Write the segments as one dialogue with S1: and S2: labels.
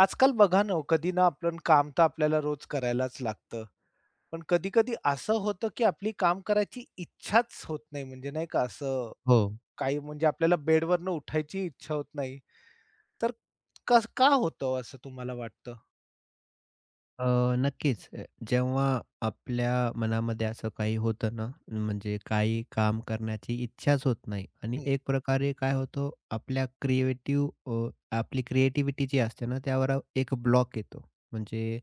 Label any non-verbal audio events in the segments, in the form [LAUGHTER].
S1: आजकाल बघा ना हो, कधी ना आपण काम तर आपल्याला रोज करायलाच लागतं. पण कधी-कधी असं होतं, की आपली काम करायची इच्छाच होत नाही. म्हणजे नाही का असं
S2: हो.
S1: काही म्हणजे आपल्याला बेडवरनं उठायची इच्छा होत नाही. तर कस का होतं हो असं तुम्हाला वाटतं?
S2: अ, नक्कीच. जेव्हा आपल्या मनामध्ये असं काही होतं ना, म्हणजे काही काम करण्याची इच्छाच होत नाही आणि
S1: हं.
S2: एक प्रकारे काय होतं, आपल्या अ, आपली क्रिएटिव्हिटी जी असते ना, त्यावर एक ब्लॉक येतो. म्हणजे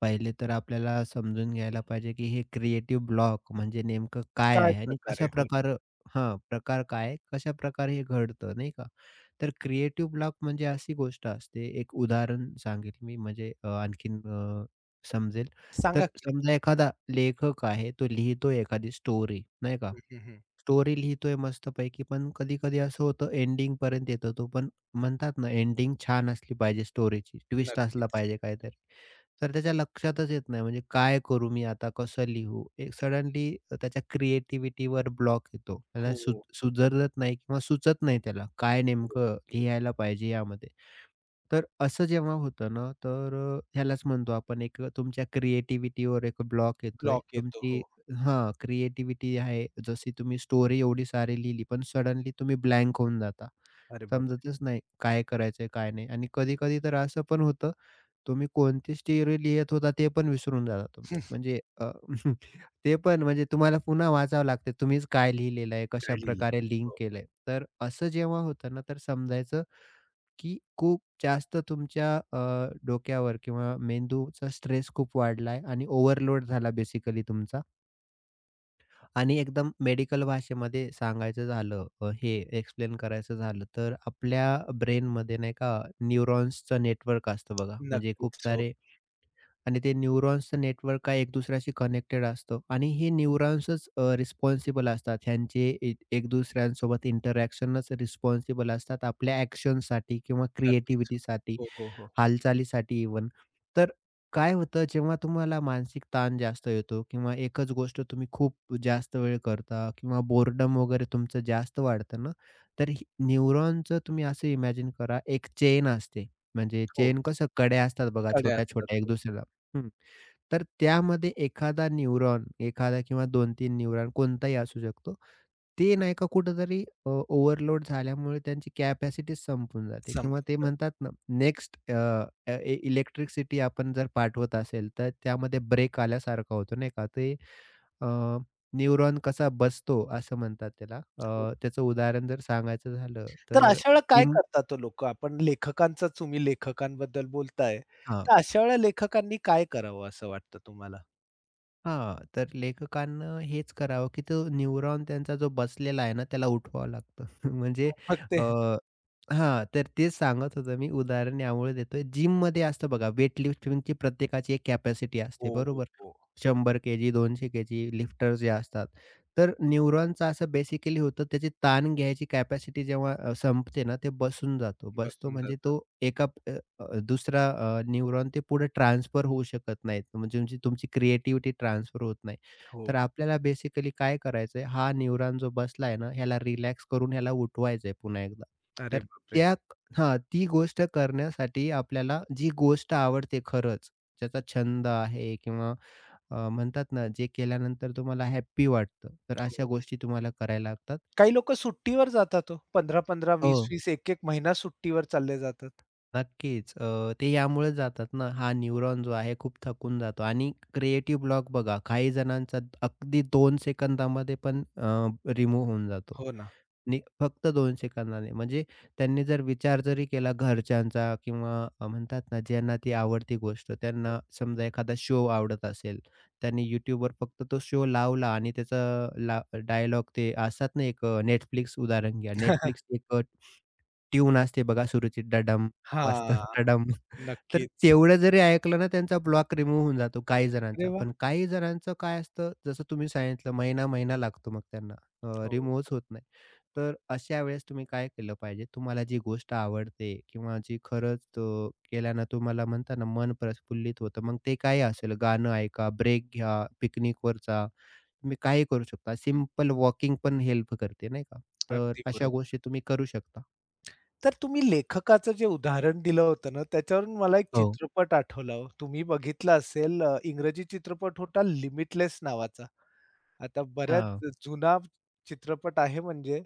S2: पहिले तर आपल्याला समजून घ्यायला पाहिजे, की हे क्रिएटिव्ह ब्लॉक म्हणजे नेमकं काय
S1: काय
S2: आहे आणि
S1: प्रकार
S2: कशा
S1: आहे? हो ना.
S2: प्रकार हां, प्रकार काय आहे, कशाप्रकारे हे घडतं, नाही का? तर क्रिएटिव्ह ब्लॉक म्हणजे अशी गोष्ट असते, एक उदाहरण सांगेल मी म्हणजे आणखीन समजेल.
S1: सांगा
S2: तर
S1: की.
S2: समजा एखादा लेखक आहे, तो लिहितोय एखादी स्टोरी, नाही का?
S1: हं, हं, हं.
S2: स्टोरी लिहितोय मस्तपैकी, पण कधी-कधी असं होतं एंडिंगपर्यंत येतो तो, पण म्हणतात ना एंडिंग छान असली पाहिजे स्टोरीची, ट्विस्ट असला
S1: नक्कीच.
S2: पाहिजे काहीतरी. तर त्याच्या लक्षातच येत नाही म्हणजे काय करू मी आता, कसं लिहू? एक सडनली त्याच्या क्रिएटिव्हिटीवर ब्लॉक येतो. त्याला
S1: हो,
S2: सुधरत नाही किंवा सुचत नाही त्याला काय
S1: हो.
S2: नेमकं लिहायला पाहिजे यामध्ये. तर असं जेव्हा होतं ना, तर ह्यालाच म्हणतो आपण एक तुमच्या क्रिएटिव्हिटीवर एक ब्लॉक येतोय.
S1: ब्लॉक येतो.
S2: तुमची
S1: हो.
S2: हां, क्रिएटिव्हिटी आहे. जशी तुम्ही स्टोरी एवढी सारी लिहिली, पण सडनली तुम्ही ब्लँक होऊन जाता.
S1: अरे बाप! हं.
S2: समजतच नाही काय करायचंय, काय नाही आणि कधी-कधी तर असं पण होतं तुम्ही कोणती स्टेअरी लिहित होता ते पण विसरून जाता तुम्ही.
S1: [LAUGHS]
S2: म्हणजे [LAUGHS] ते पण म्हणजे तुम्हाला पुन्हा वाचावं लागते. तुम्हीच काय लिहिलेलं आहे,
S1: काय लिहिलंय?
S2: कशाप्रकारे लिंक
S1: हो.
S2: केलंय. तर असं जेव्हा होतं ना, तर समजायचं की खूप जास्त तुमच्या डोक्यावर किंवा मेंदूचा स्ट्रेस खूप वाढला आहे आणि ओव्हरलोड झाला बेसिकली तुमचा. आणि एकदम मेडिकल भाषेमध्ये सांगायचं झालं हे एक्सप्लेन करायचं झालं, तर आपल्या ब्रेनमध्ये नाही का न्यूरॉन्सचं नेटवर्क असतं बघा. म्हणजे खूप
S1: नक्कीच. हो.
S2: सारे आणि ते न्यूरॉन्सचं नेटवर्क काय एक दुसऱ्याशी कनेक्टेड असतं आणि हे न्यूरॉन्सच रिस्पॉन्सिबल असतात. ह्यांचे एक एक दुसऱ्यांसोबत इंटरॅक्शनच रिस्पॉन्सिबल असतात आपल्या ॲक्शनसाठी किंवा
S1: नक्कीच.
S2: क्रिएटिव्हिटीसाठी.
S1: हो, हो, हो.
S2: हालचालीसाठी इव्हन. तर काय होतं जेव्हा तुम्हाला मानसिक ताण जास्त येतो किंवा एकच गोष्ट तुम्ही खूप जास्त वेळ करता किंवा बोर्डम वगैरे तुमचं जास्त वाढतं ना, तर ही न्यूरॉनचं तुम्ही असं इमॅजिन करा एक चेन असते. म्हणजे
S1: हो.
S2: चेन कसं कड्या असतात बघा
S1: कड्या असतात.
S2: छोट्या-छोट्या एक
S1: हो.
S2: दुसऱ्याला हं. तर त्यामध्ये एखादा न्यूरॉन, एखादा किंवा 2-3 न्यूरॉन कोणताही असू शकतो. ते नाही का कुठेतरी ओव्हरलोड झाल्यामुळे त्यांची कॅपॅसिटी संपून जाते किंवा ते
S1: संपतात.
S2: म्हणतात ना नेक्स्ट अ, अ, इलेक्ट्रिसिटी आपण जर पाठवत असेल, तर त्यामध्ये ब्रेक आल्यासारखा होतो नाही का. ते अ, न्यूरॉन कसा बसतो असं म्हणतात त्याला.
S1: हो.
S2: त्याचं उदाहरण जर सांगायचं झालं
S1: तर
S2: तर
S1: अशा वेळेला काय
S2: जिम
S1: करतात तो लोकं? आपण लेखकांचाच तुम्ही लेखकांबद्दल बोलताय. तर अशा वेळेला लेखकांनी काय करावं असं वाटतं तुम्हाला?
S2: हां, तर लेखकांनं हेच करावं, की तो न्यूरॉन त्यांचा जो बसलेला आहे ना, त्याला उठवावं लागतं. [LAUGHS] म्हणजे
S1: मग
S2: अ,
S1: ते
S2: हां, तर तेच सांगत होतो मी. उदाहरण यामुळे देतोय. जिममध्ये असतं बघा, वेटलिफ्टिंगची प्रत्येकाची एक कॅपॅसिटी
S1: हो,
S2: असते,
S1: हो,
S2: बरोबर?
S1: हो.
S2: 100 केजी, 200 केजी लिफ्टर जे असतात. तर न्यूरॉनचं असं बेसिकली होतं, त्याची ताण घ्यायची कॅपॅसिटी जेव्हा संपते ना, ते बसून जातो. बसतो
S1: बसून
S2: म्हणजे
S1: जातात.
S2: तो एका अ, दुसरा न्यूरॉन ते पुढे ट्रान्सफर होऊ शकत नाहीत. म्हणजे तुमची तुमची क्रिएटिव्हिटी ट्रान्सफर होत नाही. तर
S1: हो.
S2: आपल्याला बेसिकली काय करायचंय, हा न्यूरॉन जो बसलाय ना, ह्याला रिलॅक्स करून ह्याला उठवायचंय पुन्हा एकदा.
S1: अरे
S2: तर
S1: बापरे!
S2: त्या हां, ती गोष्ट करण्यासाठी आपल्याला जी गोष्ट आवडते खरंच, ज्याचा छंद आहे किंवा म्हणतात ना, जे केल्यानंतर तुम्हाला हॅपी वाटतं, तर अशा
S1: हो.
S2: गोष्टी तुम्हाला करायला लागतात.
S1: काही लोकं सुट्टीवर जातात हो. 15-15,
S2: हो.
S1: 20-20, 1-1 महिना सुट्टीवर चालले जातात.
S2: नक्कीच. ते यामुळे जातात ना, हा न्यूरॉन जो आहे खूप थकून जातो आणि क्रिएटिव्ह ब्लॉक बघा काही जणांचा अगदी दोन सेकंदामध्ये पण रिमूव्ह होऊन जातो.
S1: हो ना.
S2: नि फक्त 2 सेकंदाने. म्हणजे त्यांनी जर विचार जरी केला घरच्यांचा किंवा म्हणतात ना, ज्यांना ती आवडती गोष्ट, त्यांना समजा एखादा शो आवडत असेल, त्यांनी YouTubeवर फक्त तो शो लावला आणि त्याचा डायलॉग ते असतात ना, एक Netflix उदाहरण घ्या. Netflix
S1: [LAUGHS]
S2: एक ट्यून असते बघा सुरूची डडम वाजतं [LAUGHS]
S1: हां.
S2: डडम. तर
S1: नक्कीच.
S2: तेवढं जरी ऐकलं ना, त्यांचा ब्लॉक रिमूव्ह होऊन जातो काही
S1: अरे
S2: जणांचा.
S1: वाह!
S2: पण काही जणांचं काय असतं, जसं तुम्ही सांगितलं महिना-महिना लागतो मग त्यांना.
S1: हो.
S2: रिमूव्हच होत नाही. तर अशा वेळेस तुम्ही काय केलं पाहिजे? तुम्हाला जी गोष्ट आवडते किंवा जी खरंच केल्यानं तुम्हाला म्हणता ना मन प्रफुल्लित होतं, मग ते काय असेल? गाणं ऐका, ब्रेक घ्या, पिकनिकवर जा. तुम्ही काही करू शकता. सिंपल वॉकिंग पण हेल्प करते नाही का? तर
S1: अगदी
S2: अशा
S1: बरोबर.
S2: गोष्टी तुम्ही करू शकता.
S1: तर तुम्ही लेखकाचं जे उदाहरण दिलं होतं ना, त्याच्यावरून मला एक
S2: हो.
S1: चित्रपट आठवला हो. तुम्ही बघितला असेल इंग्रजी चित्रपट होता लिमिटलेस नावाचा. आता बऱ्याच
S2: हां,
S1: जुना चित्रपट आहे म्हणजे.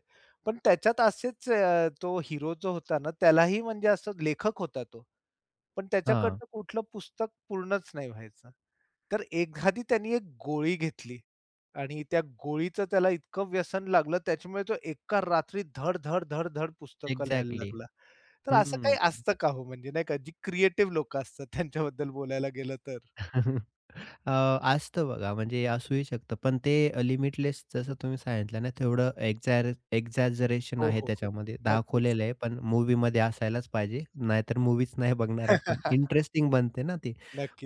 S1: पण त्याच्यात असेच तो हीरो जो होता ना, त्यालाही म्हणजे असं लेखक होता तो. पण
S2: हां.
S1: त्याच्याकडनं कुठलं पुस्तक पूर्णच नाही व्हायचं. तर एखादी त्यांनी एक गोळी घेतली आणि त्या गोळीचं त्याला इतकं व्यसन लागलं त्याच्यामुळे तो एका रात्री धड, धड, धड, धड पुस्तकं लिहायला
S2: एक्झॅक्टली.
S1: लागला. तर असं काही
S2: हं.
S1: असतं का हो? म्हणजे नाही का जी क्रिएटिव्ह लोकं असतात त्यांच्याबद्दल बोलायला गेलं तर?
S2: [LAUGHS] अ, असतं बघा, म्हणजे असूही शकतं. पण ते लिमिटलेस जसं तुम्ही सांगितलं ना, तेवढं एक्झॅजरेशन
S1: हो,
S2: आहे
S1: हो, हो.
S2: त्याच्यामध्ये.
S1: नक्कीच.
S2: दाखवलेलं आहे, पण मूव्हीमध्ये असायलाच पाहिजे. नाहीतर मूव्हीच नाही बघणार आपण.
S1: [LAUGHS]
S2: इंटरेस्टिंग बनते ना ती.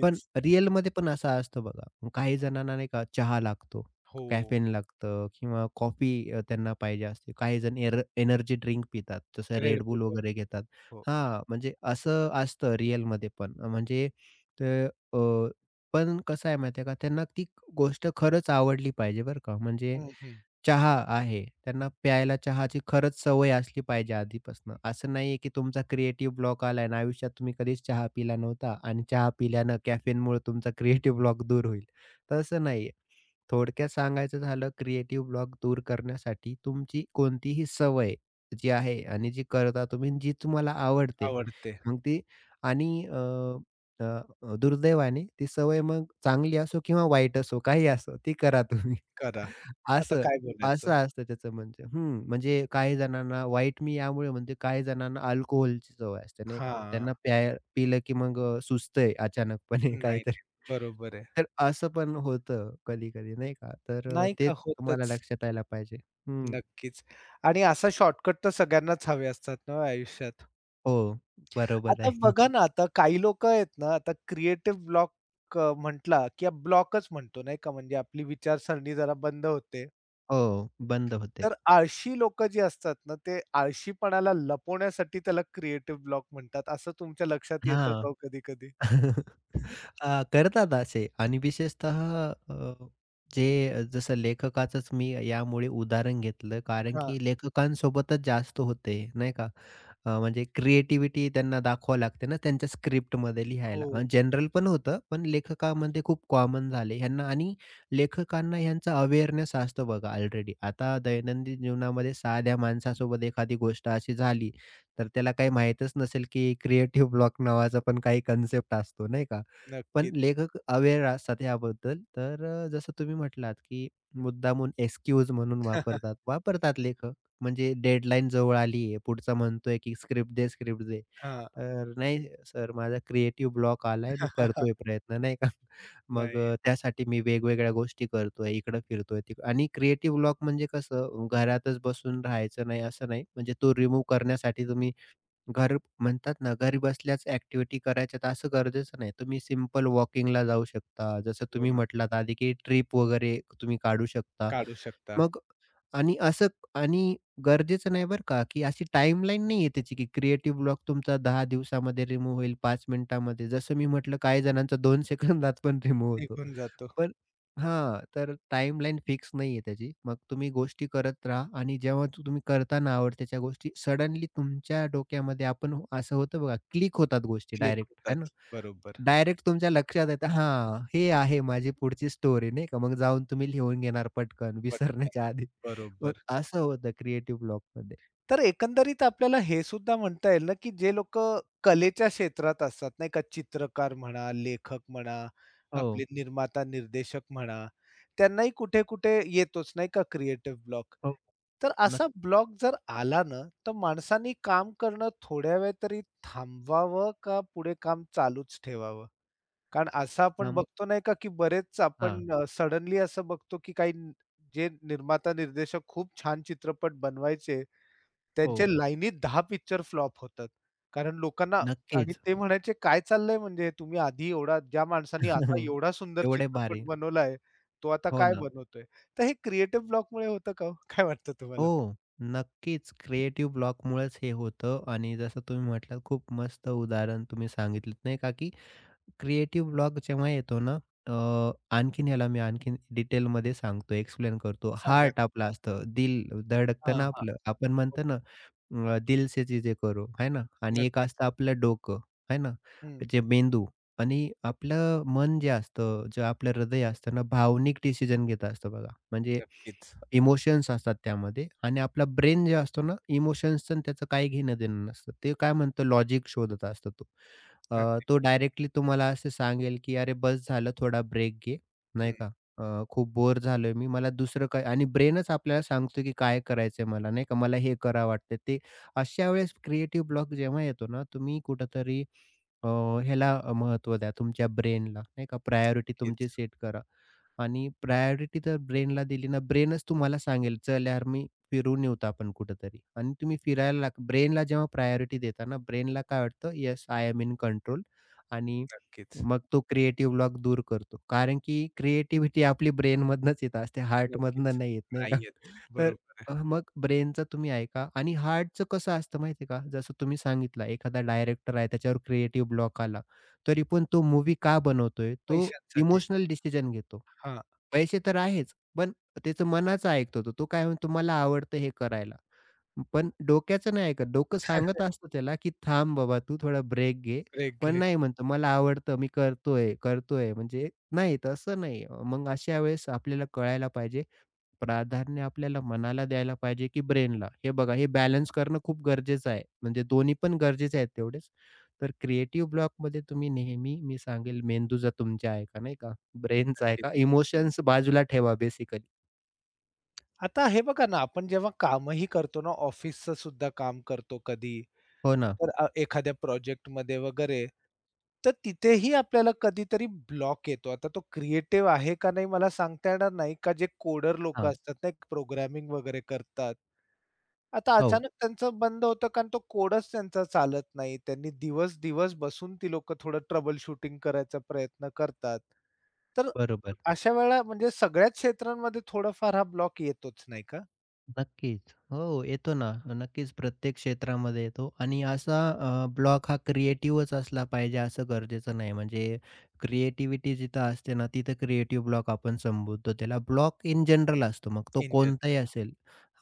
S2: पण रिअलमध्ये पण असं असतं बघा. काही जणांना नाही का चहा लागतो,
S1: हो.
S2: कॅफेन लागतं किंवा कॉफी त्यांना पाहिजे असते. काही जण एनर्जी ड्रिंक पितात, जसं
S1: Red
S2: Red
S1: वगैरे.
S2: वगैरे घेतात.
S1: हो.
S2: हां, म्हणजे असं असतं रिअलमध्ये पण. म्हणजे पण कसं आहे माहिती आहे का, त्यांना ती गोष्ट खरंच आवडली पाहिजे बरं का. म्हणजे
S1: हं, हं.
S2: चहा आहे, त्यांना प्यायला चहाची खरंच सवय असली पाहिजे आधीपासून. असं नाहीये की तुमचा क्रिएटिव्ह ब्लॉक आलाय आणि आयुष्यात तुम्ही कधीच चहा पिला नव्हता आणि चहा पिल्यानं कॅफेनमुळे तुमचा क्रिएटिव्ह ब्लॉक दूर होईल. तसं नाहीये. थोडक्यात सांगायचं झालं क्रिएटिव्ह ब्लॉक दूर करण्यासाठी तुमची कोणतीही सवय जी आहे आणि जी करता तुम्ही जी तुम्हाला आवडते
S1: आवडते.
S2: मग ती आणि अ, अ, अ, दुर्दैवाने ती सवय मग चांगली असो किंवा वाईट असो, काही असो, ती करा तुम्ही.
S1: करा.
S2: [LAUGHS]
S1: आता
S2: असं,
S1: काय बोलायचं?
S2: असं असतं त्याचं म्हणजे. हं, म्हणजे काही जणांना वाईट मी यामुळे म्हणते, काही जणांना अल्कोहोलची सवय असते, नाही का.
S1: हां.
S2: त्यांना पिलं की मग सुचतंय अचानकपणे [LAUGHS]
S1: नाही, नाही.
S2: काहीतरी.
S1: बरोबर आहे.
S2: तर असं पण होतं कधी-कधी, नाही का. तर
S1: नाही का
S2: तेच तुम्हाला
S1: होतच.
S2: लक्षात यायला पाहिजे. हं.
S1: नक्कीच. आणि असा शॉर्टकट तर सगळ्यांनाच हवे असतात ना हो आयुष्यात.
S2: हो, बरोबर
S1: आता
S2: आहे. [LAUGHS]
S1: बघा ना, आता काही लोकं आहेत ना, आता क्रिएटिव्ह ब्लॉक म्हटला की ब्लॉकच म्हणतो नाही का म्हणजे आपली विचारसरणी जरा बंद होते.
S2: हो, बंद होते.
S1: तर आळशी लोकं जी असतात ना, ते आळशीपणाला लपवण्यासाठी त्याला क्रिएटिव्ह ब्लॉक म्हणतात. असं तुमच्या लक्षात येतं का
S2: हां.
S1: हो कधी-कधी?
S2: [LAUGHS] करतात असे आणि विशेषतः अ, जे जसं लेखकाचंच मी यामुळे उदाहरण घेतलं कारण
S1: हां.
S2: की लेखकांसोबतच जास्त होते नाही का? म्हणजे क्रिएटिव्हिटी त्यांना दाखवावी लागते ना त्यांच्या स्क्रिप्टमध्ये
S1: हो.
S2: लिहायला. जनरल पण होतं, पण लेखकामध्ये खूप कॉमन झाले ह्यांना आणि लेखकांना ह्यांचा अवेअरनेस असतो बघा ऑलरेडी. आता दैनंदिन जीवनामध्ये साध्या माणसासोबत एखादी गोष्ट अशी झाली, तर त्याला काही माहीतच नसेल की क्रिएटिव्ह ब्लॉक नावाचा पण काही कन्सेप्ट असतो नाही का? पण
S1: नक्कीच.
S2: लेखक अवेअर असतात याबद्दल. तर जसं तुम्ही म्हटलात, की मुद्दामून एक्सक्यूज म्हणून वापरतात.
S1: [LAUGHS]
S2: वापरतात लेखक. म्हणजे डेडलाईन जवळ आली आहे. पुढचा म्हणतोय, की स्क्रिप्ट दे, स्क्रिप्ट दे.
S1: हां.
S2: तर "नाही सर, माझा क्रिएटिव्ह ब्लॉक आलाय. मी करतोय
S1: [LAUGHS]
S2: प्रयत्न." नाही का? [LAUGHS] मग
S1: नाही.
S2: त्यासाठी मी वेगवेगळ्या गोष्टी करतोय. इकडं फिरतोय, तिकडं आणि क्रिएटिव्ह ब्लॉक म्हणजे कसं घरातच बसून राहायचं नाही, असं नाही. म्हणजे तो रिमूव्ह करण्यासाठी तुम्ही घर म्हणतात ना, घरी बसल्याच ॲक्टिव्हिटी करायच्यात असं गरजेचं नाही. तुम्ही सिंपल वॉकिंगला जाऊ शकता. जसं
S1: हो
S2: तुम्ही
S1: ना.
S2: म्हटलात आधी, की ट्रिप वगैरे तुम्ही काढू शकता.
S1: काढू शकता.
S2: मग आणि असं आणि गरजेचं नाही बरं का, की अशी टाईमलाईन नाहीये त्याची, की क्रिएटिव्ह ब्लॉक तुमचा 10 दिवसामध्ये रिमूव्ह होईल, 5 मिनिटामध्ये. जसं मी म्हटलं काही जणांचा 2 [LAUGHS] सेकंदात पण रिमूव्ह होतो.
S1: निघून जातो.
S2: पण हां, तर टाईमलाईन फिक्स नाहीये त्याची. मग तुम्ही गोष्टी करत राहा आणि जेव्हा तुम्ही करताना आवडत्याच्या गोष्टी, सडनली तुमच्या डोक्यामध्ये आपण असं होतं बघा, क्लिक होतात गोष्टी
S1: क्लिक
S2: डायरेक्ट, आहे ना.
S1: होतात. बरोबर.
S2: डायरेक्ट तुमच्या लक्षात येतं, हां, हे आहे माझी पुढची स्टोरी नाही का. मग जाऊन तुम्ही लिहून घेणार पटकन
S1: पटकन.
S2: विसरण्याच्या आधी. मग
S1: बरोबर.
S2: असं होतं क्रिएटिव्ह ब्लॉकमध्ये.
S1: तर एकंदरीत आपल्याला हे सुद्धा म्हणता येईल ना, की जे लोकं कलेच्या क्षेत्रात असतात नाही का, चित्रकार म्हणा, लेखक म्हणा,
S2: हो.
S1: आपले निर्माता, निर्देशक म्हणा, त्यांनाही कुठे-कुठे येतोच नाही का क्रिएटिव्ह ब्लॉक.
S2: हो,
S1: तर असा
S2: नक्की.
S1: ब्लॉक जर आला ना, तर माणसांनी काम करणं थोड्या वेळ तरी थांबवावं का पुढे काम चालूच ठेवावं? कारण असं आपण हो. बघतो नाही का, की बरेच
S2: हां,
S1: आपण सडनली असं बघतो, की जे निर्माता, निर्देशक खूप छान चित्रपट बनवायचे, त्यांचे
S2: हो.
S1: लाईनीत 10 पिक्चर फ्लॉप होतात. कारण लोकांना आणि
S2: नक्कीच.
S1: ते म्हणायचे, "काय चाललंय म्हणजे तुम्ही आधी एवढा ज्या माणसाने असा
S2: [LAUGHS]
S1: एवढा सुंदर
S2: एवढे
S1: चित्रपट
S2: भारी.
S1: बनवलाय, तो आता
S2: हो
S1: काय
S2: ना.
S1: बनवतोय?" तर हे क्रिएटिव्ह ब्लॉकमुळे होतं का हो? काय वाटतं तुम्हाला?
S2: हो, नक्कीच. क्रिएटिव्ह ब्लॉकमुळेच हे होतं आणि जसं तुम्ही म्हटलात खूप मस्त उदाहरण तुम्ही सांगितलंत नाही का, की क्रिएटिव्ह ब्लॉग जेव्हा येतो ना, आणखीन ह्याला मी आणखीन डिटेलमध्ये सांगतो, एक्सप्लेन करतो.
S1: सांगा.
S2: हार्ट आपलं असतं, दिल धडकतं
S1: हां,
S2: ना
S1: हां.
S2: आपलं. आपण
S1: हो,
S2: म्हणतो ना, दिल से चीजें करो, है ना? आणि एक
S1: नक्कीच.
S2: असतं आपलं डोकं, है ना?
S1: हं,
S2: जे मेंदू आणि आपलं मन जे असतं, जे आपलं हृदय असतं ना, भावनिक डिसिजन घेत असतं बघा. म्हणजे
S1: नक्कीच.
S2: इमोशन्स असतात त्यामध्ये आणि आपला ब्रेन जे असतो ना, इमोशन्सचं त्याचं काही घेणं-देणं नसतं. ते काय म्हणतं लॉजिक शोधत असतो तो.
S1: अगदी
S2: तो
S1: बरोबर.
S2: डायरेक्टली तुम्हाला असं सांगेल, की "अरे बस झालं थोडा ब्रेक घे." नाही
S1: हं,
S2: का? "खूप बोर झालोय मी. मला दुसरं काय" आणि ब्रेनच आपल्याला सांगतो, की काय करायचंय मला नाही का? मला हे करा वाटतंय ते. अशा वेळेस क्रिएटिव्ह ब्लॉक जेव्हा येतो ना, तुम्ही कुठेतरी अ, ह्याला महत्त्व द्या तुमच्या ब्रेनला नाही का? प्रायोरिटी
S1: नक्कीच,
S2: तुमची सेट करा. आणि प्रायोरिटी तर ब्रेनला दिली ना, ब्रेनच तुम्हाला सांगेल, "चल यार, मी फिरून येऊत आपण कुठेतरी." आणि तुम्ही फिरायला ब्रेनला जेव्हा प्रायोरिटी देता ना, ब्रेनला काय वाटतं, "yes, I am in control." आणि
S1: नक्कीच,
S2: मग तो क्रिएटिव्ह ब्लॉक दूर करतो. कारण की क्रिएटिव्हिटी आपली ब्रेनमधनंच येत असते,
S1: नक्कीच.
S2: हार्टमधनं नाही येत, नाही का?
S1: नाही आहेत.
S2: [LAUGHS] तर
S1: बरोबर आहे.
S2: मग ब्रेनचं तुम्ही ऐका आणि हार्टचं कसं असतं माहिती आहे का? जसं तुम्ही सांगितलं, एखादा डायरेक्टर आहे, त्याच्यावर क्रिएटिव्ह ब्लॉक आला. तरी पण तो मूव्ही का बनवतोय? तो
S1: पैशांसाठी.
S2: इमोशनल डिसिजन घेतो.
S1: हां.
S2: पैसे तर आहेच, पण त्याचं मनाचं ऐकतो तो. तो काय म्हणतो, "मला आवडतं हे करायला." पण डोक्याचं नाही ऐकत. डोकं सांगत असतं त्याला, की "थांब बाबा, तू थोडा ब्रेक घे."
S1: ब्रेक
S2: पण
S1: घे.
S2: नाही म्हणतो, "मला आवडतं, मी करतोय, करतोय." म्हणजे नाही, तसं नाही. मग अशा वेळेस आपल्याला कळायला पाहिजे, प्राधान्य आपल्याला मनाला द्यायला पाहिजे की ब्रेनला? हे बघा हे बॅलन्स करणं खूप गरजेचं आहे. म्हणजे दोन्ही पण गरजेचे आहेत तेवढेच. तर क्रिएटिव्ह ब्लॉकमध्ये तुम्ही नेहमी मी सांगेल मेंदूचा तुमच्या आहे का, नाही का? ब्रेनचा आहे
S1: नक्कीच.
S2: का? इमोशन्स बाजूला ठेवा बेसिकली.
S1: आता हे बघा ना, आपण जेव्हा कामही करतो ना, ऑफिसचं सुद्धा काम करतो कधी,
S2: हो ना.
S1: तर एखाद्या प्रोजेक्टमध्ये वगैरे, तर तिथेही आपल्याला कधीतरी ब्लॉक येतो. आता तो क्रिएटिव्ह आहे का नाही मला सांगता येणार नाही, का जे कोडर लोकं
S2: हां.
S1: असतात ना, प्रोग्रामिंग वगैरे करतात. आता
S2: हो,
S1: अचानक त्यांचं बंद होतं कारण तो कोडच त्यांचा चालत नाही. त्यांनी दिवस-दिवस बसून ती लोकं थोडं ट्रबल शूटिंग करायचा प्रयत्न करतात. तर
S2: बरोबर.
S1: अशा वेळा म्हणजे सगळ्याच क्षेत्रांमध्ये थोडाफार हा ब्लॉक येतोच नाही का?
S2: नक्कीच. हो, येतो ना. नक्कीच प्रत्येक क्षेत्रामध्ये येतो आणि असा ब्लॉक हा क्रिएटिव्हच असला पाहिजे असं गरजेचं नाही. म्हणजे क्रिएटिव्हिटी जिथं असते ना, तिथं क्रिएटिव्ह ब्लॉक आपण संबोधतो त्याला. ब्लॉक इन जनरल असतो मग तो
S1: इंजिन.
S2: कोणताही असेल.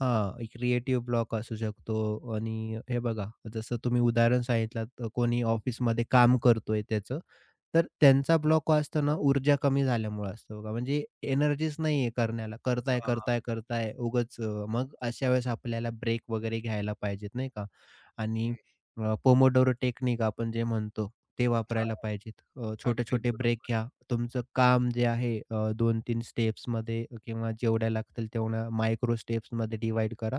S2: हां, क्रिएटिव्ह ब्लॉक असू शकतो आणि हे बघा जसं तुम्ही उदाहरण सांगितलात कोणी ऑफिसमध्ये काम करतोय त्याचं तर त्यांचा ब्लॉक का असतो ना, ऊर्जा कमी झाल्यामुळे असतो बघा. म्हणजे एनर्जीच नाहीये करण्याला. करताय,
S1: हां,
S2: करताय, करताय उगाच मग अशा वेळेस आपल्याला ब्रेक वगैरे घ्यायला पाहिजेत नाही का? आणि
S1: हं.
S2: पोमोडोरो टेक्निक आपण जे म्हणतो, ते
S1: हां,
S2: वापरायला पाहिजेत.
S1: अगदी
S2: छोटे-छोटे ब्रेक
S1: बरोबर.
S2: घ्या. तुमचं काम जे आहे 2-3 स्टेप्समध्ये किंवा जेवढ्या लागतील तेवढ्या मायक्रो स्टेप्समध्ये डिव्हाईड करा.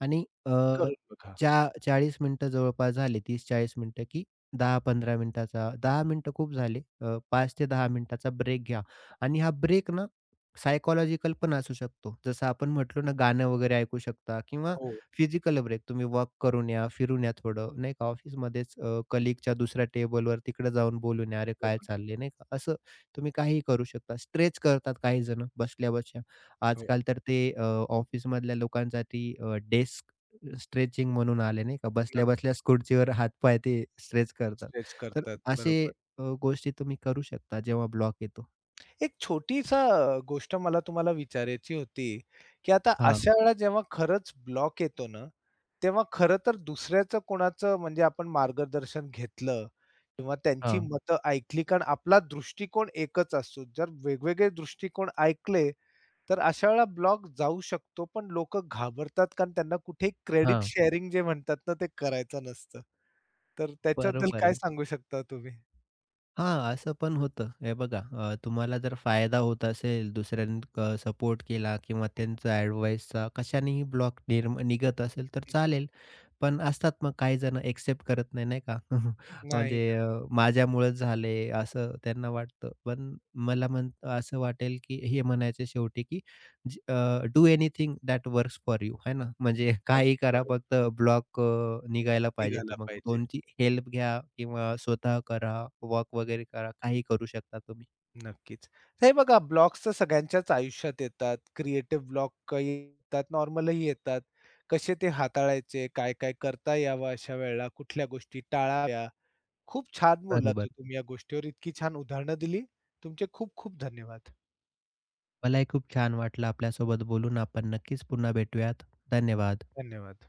S2: आणि अ,
S1: करून बघा.
S2: चा 40 मिनिटं जवळपास झाले, 30-40 मिनिटं, की 10-15 मिनिटाचा 10 मिनिटं खूप झाले. 5 ते 10 मिनिटाचा ब्रेक घ्या आणि हा ब्रेक ना सायकॉलॉजिकल पण असू शकतो. जसं आपण म्हटलो ना, गाणं वगैरे ऐकू शकता किंवा
S1: हो,
S2: फिजिकल ब्रेक. तुम्ही वॉक करून या, फिरून या थोडं, नाही का. ऑफिसमध्येच कलीगच्या दुसऱ्या टेबलवर तिकडे जाऊन बोलून या, "अरे, काय
S1: करून.
S2: चाललंय?" नाही का. असं तुम्ही काहीही करू शकता. स्ट्रेच करतात काही जण बसल्या-बसल्या.
S1: हो,
S2: आजकाल तर ते ऑफिसमधल्या लोकांसाठी डेस्क स्ट्रेचिंग म्हणून आले नाही का,
S1: नक्की.
S2: बसल्या-बसल्याच खुर्चीवर हात-पाय ते स्ट्रेच करतात.
S1: स्ट्रेच
S2: तर
S1: करतात.
S2: असे
S1: बरोबर.
S2: गोष्टी तुम्ही करू शकता जेव्हा ब्लॉक येतो.
S1: एक छोटीसा गोष्ट मला तुम्हाला विचारायची होती, की आता
S2: हां,
S1: अशा वेळेला जेव्हा खरंच ब्लॉक येतो ना, तेव्हा खरं तर दुसऱ्याचं कोणाचं म्हणजे आपण मार्गदर्शन घेतलं किंवा त्यांची
S2: हां,
S1: मतं ऐकली कारण आपला दृष्टिकोन एकच असतो. जर वेगवेगळे दृष्टिकोन ऐकले, तर अशा वेळेला ब्लॉग जाऊ शकतो. पण लोक घाबरतात कारण त्यांना कुठे क्रेडिट
S2: हां.
S1: शेअरिंग जे म्हणतात ना, ते करायचं नसतं. तर त्याच्याबद्दल
S2: बरोबर
S1: काय
S2: आहे.
S1: सांगू शकता तुम्ही?
S2: हां, असं पण होतं. हे बघा तुम्हाला जर फायदा होत असेल, दुसऱ्यांनी सपोर्ट केला किंवा त्यांचा ॲडवाइसचा कशानेही ब्लॉक निघत असेल तर चालेल. पण असतात मग काही जण एक्सेप्ट करत नाही, नाही का? [LAUGHS]
S1: नाही
S2: म्हणजे
S1: ना.
S2: माझ्यामुळेच झाले असं त्यांना वाटतं. पण मला म्हण असं वाटेल की हे म्हणायचे शेवटी की do anything that works for you है ना. म्हणजे
S1: अगदी
S2: काही करा
S1: बरोबर.
S2: फक्त ब्लॉक निघायला पाहिजे. तर
S1: निघाला
S2: मग
S1: पाहिजे.
S2: कोणची हेल्प घ्या किंवा स्वतः करा, वॉक वगैरे करा. काही करू शकता तुम्ही.
S1: नक्कीच. हे बघा ब्लॉक्स तर सगळ्यांच्याच आयुष्यात येतात. क्रिएटिव्ह ब्लॉक काही येतात, नॉर्मलही येतात. कसे ते हाताळायचे, काय-काय करता यावं अशा वेळेला, कुठल्या गोष्टी टाळाव्या. खूप छान बोललात हो
S2: बरोबर.
S1: तुम्ही या गोष्टीवर. इतकी छान उदाहरणं दिली. तुमचे खूप खूप धन्यवाद.
S2: मलाही खूप छान वाटलं आपल्यासोबत बोलून. आपण नक्कीच पुन्हा भेटूयात. धन्यवाद.
S1: धन्यवाद.